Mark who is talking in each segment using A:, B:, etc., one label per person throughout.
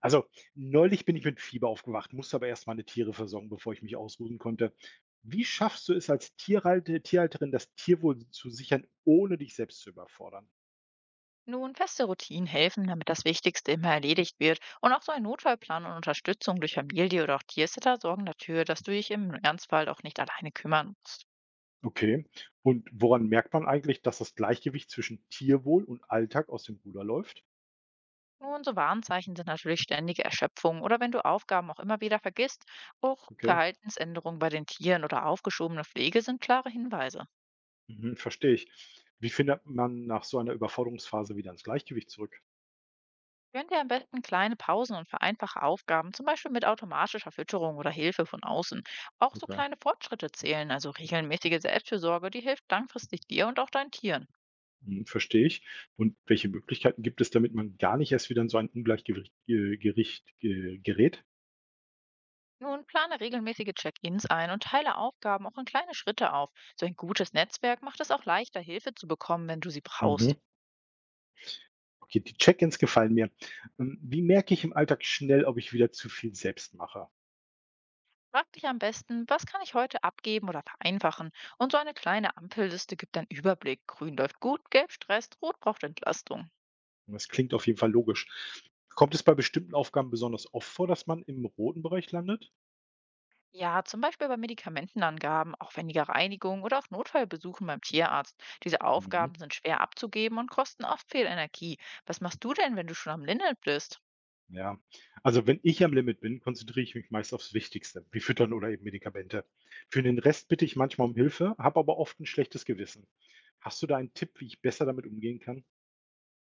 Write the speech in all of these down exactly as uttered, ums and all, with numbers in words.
A: Also, neulich bin ich mit Fieber aufgewacht, musste aber erst meine Tiere versorgen, bevor ich mich ausruhen konnte. Wie schaffst du es als Tierhalte, Tierhalterin, das Tierwohl zu sichern, ohne dich selbst zu überfordern?
B: Nun, feste Routinen helfen, damit das Wichtigste immer erledigt wird. Und auch so ein Notfallplan und Unterstützung durch Familie oder auch Tiersitter sorgen dafür, dass du dich im Ernstfall auch nicht alleine kümmern musst.
A: Okay. Und woran merkt man eigentlich, dass das Gleichgewicht zwischen Tierwohl und Alltag aus dem Ruder läuft?
B: Nun, so Warnzeichen sind natürlich ständige Erschöpfung oder wenn du Aufgaben auch immer wieder vergisst, auch
A: Okay.
B: Verhaltensänderungen bei den Tieren oder aufgeschobene Pflege sind klare Hinweise.
A: Mhm, verstehe ich. Wie findet man nach so einer Überforderungsphase wieder ins Gleichgewicht zurück?
B: Gönn dir am besten kleine Pausen und vereinfache Aufgaben, zum Beispiel mit automatischer Fütterung oder Hilfe von außen. Auch so
A: Okay.
B: kleine Fortschritte zählen, also regelmäßige Selbstfürsorge, die hilft langfristig dir und auch deinen Tieren.
A: Mhm, verstehe ich. Und welche Möglichkeiten gibt es, damit man gar nicht erst wieder in so ein Ungleichgewicht äh, Gericht, äh, gerät?
B: Nun plane regelmäßige Check-ins ein und teile Aufgaben auch in kleine Schritte auf. So ein gutes Netzwerk macht es auch leichter, Hilfe zu bekommen, wenn du sie
A: Mhm.
B: brauchst.
A: Okay, die Check-ins gefallen mir. Ähm, Wie merke ich im Alltag schnell, ob ich wieder zu viel selbst mache?
B: Frag dich am besten, was kann ich heute abgeben oder vereinfachen? Und so eine kleine Ampelliste gibt einen Überblick. Grün läuft gut, gelb stresst, rot braucht Entlastung.
A: Und das klingt auf jeden Fall logisch. Kommt es bei bestimmten Aufgaben besonders oft vor, dass man im roten Bereich landet?
B: Ja, zum Beispiel bei Medikamentenangaben, aufwendiger Reinigung oder auch Notfallbesuchen beim Tierarzt. Diese
A: Mhm.
B: Aufgaben sind schwer abzugeben und kosten oft viel Energie. Was machst du denn, wenn du schon am Limit bist?
A: Ja, also wenn ich am Limit bin, konzentriere ich mich meist aufs Wichtigste, wie Füttern oder eben Medikamente. Für den Rest bitte ich manchmal um Hilfe, habe aber oft ein schlechtes Gewissen. Hast du da einen Tipp, wie ich besser damit umgehen kann?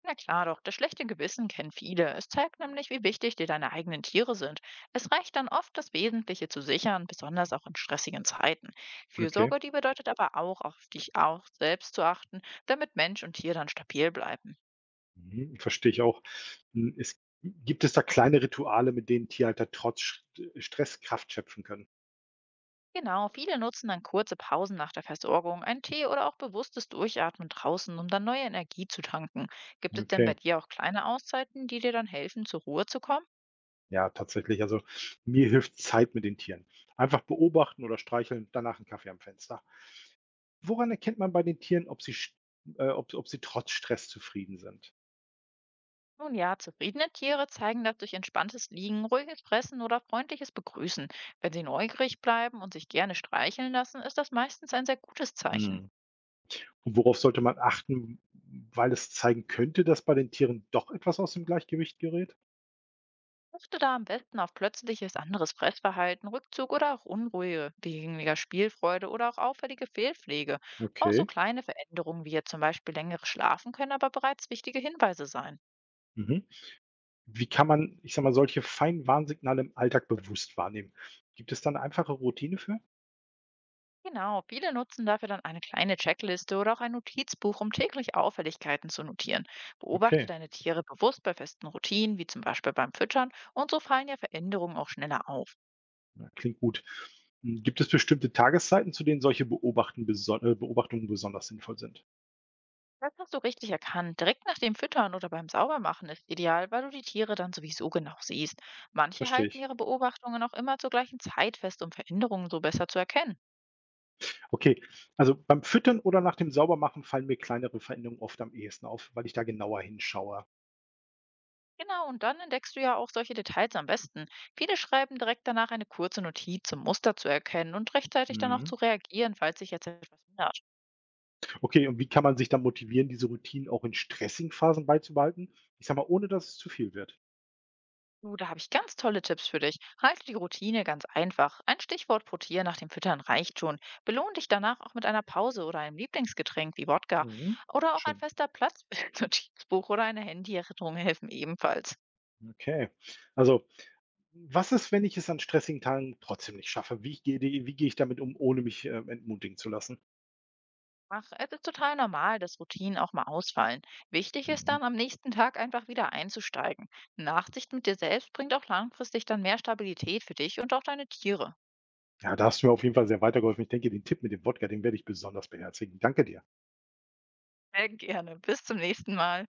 B: Na klar doch, das schlechte Gewissen kennen viele. Es zeigt nämlich, wie wichtig dir deine eigenen Tiere sind. Es reicht dann oft, das Wesentliche zu sichern, besonders auch in stressigen Zeiten.
A: Okay.
B: Fürsorge, die bedeutet aber auch, auf dich auch selbst zu achten, damit Mensch und Tier dann stabil bleiben.
A: Mhm, verstehe ich auch. Hm, es gibt es da kleine Rituale, mit denen Tierhalter trotz Sch Stress Kraft schöpfen können?
B: Genau, viele nutzen dann kurze Pausen nach der Versorgung, einen Tee oder auch bewusstes Durchatmen draußen, um dann neue Energie zu tanken. Gibt es denn bei
A: Okay,
B: dir auch kleine Auszeiten, die dir dann helfen, zur Ruhe zu kommen?
A: ja, tatsächlich. Also mir hilft Zeit mit den Tieren. Einfach beobachten oder streicheln, danach einen Kaffee am Fenster. Woran erkennt man bei den Tieren, ob sie sch äh, ob ob sie trotz Stress zufrieden sind?
B: Nun ja, zufriedene Tiere zeigen das durch entspanntes Liegen, ruhiges Fressen oder freundliches Begrüßen. Wenn sie neugierig bleiben und sich gerne streicheln lassen, ist das meistens ein sehr gutes Zeichen.
A: Hm, und worauf sollte man achten, weil es zeigen könnte, dass bei den Tieren doch etwas aus dem Gleichgewicht gerät?
B: Achte da am besten auf plötzliches anderes Fressverhalten, Rückzug oder auch Unruhe, weniger Spielfreude oder auch auffällige Fehlpflege. Auch so
A: Okay.
B: kleine Veränderungen wie jetzt zum Beispiel längere Schlafen können aber bereits wichtige Hinweise sein.
A: Mhm. Wie kann man, ich sage mal, solche feinen Warnsignale im Alltag bewusst wahrnehmen? Gibt es da 'ne einfache Routine für?
B: Genau, viele nutzen dafür dann eine kleine Checkliste oder auch ein Notizbuch, um täglich Auffälligkeiten zu notieren. Beobachte
A: Okay,
B: deine Tiere bewusst bei festen Routinen, wie zum Beispiel beim Füttern, und so fallen ja Veränderungen auch schneller auf.
A: ja, klingt gut. Hm, gibt es bestimmte Tageszeiten, zu denen solche Beobachten beson äh, Beobachtungen besonders sinnvoll sind?
B: Das hast du richtig erkannt. Direkt nach dem Füttern oder beim Saubermachen ist ideal, weil du die Tiere dann sowieso genau siehst. Manche
A: Verstehe
B: halten
A: ich.
B: ihre Beobachtungen auch immer zur gleichen Zeit fest, um Veränderungen so besser zu erkennen.
A: Okay, also beim Füttern oder nach dem Saubermachen fallen mir kleinere Veränderungen oft am ehesten auf, weil ich da genauer hinschaue.
B: Genau, und dann entdeckst du ja auch solche Details am besten. Viele schreiben direkt danach eine kurze Notiz, um Muster zu erkennen und rechtzeitig dann auch
A: Mhm.
B: zu reagieren, falls sich jetzt etwas ändert.
A: Okay, und wie kann man sich dann motivieren, diese Routinen auch in stressigen Phasen beizubehalten? Ich sage mal, ohne dass es zu viel wird.
B: Du, da habe ich ganz tolle Tipps für dich. Halte die Routine ganz einfach. Ein Stichwort pro Tier nach dem Füttern reicht schon. Belohn dich danach auch mit einer Pause oder einem Lieblingsgetränk wie Wodka.
A: Mhm.
B: Oder auch ein
A: Schön.
B: fester Platz für ein Notizbuch oder eine Handyerinnerung helfen ebenfalls.
A: Okay. Also, was ist, wenn ich es an stressigen Tagen trotzdem nicht schaffe? Wie gehe wie gehe ich damit um, ohne mich, äh, entmutigen zu lassen?
B: Ach, es ist total normal, dass Routinen auch mal ausfallen. Wichtig ist
A: Mhm.
B: dann, am nächsten Tag einfach wieder einzusteigen. Nachsicht mit dir selbst bringt auch langfristig dann mehr Stabilität für dich und auch deine Tiere.
A: Ja, da hast du mir auf jeden Fall sehr weitergeholfen. Ich denke, den Tipp mit dem Wodka, den werde ich besonders beherzigen. Danke dir.
B: Sehr gerne. Bis zum nächsten Mal.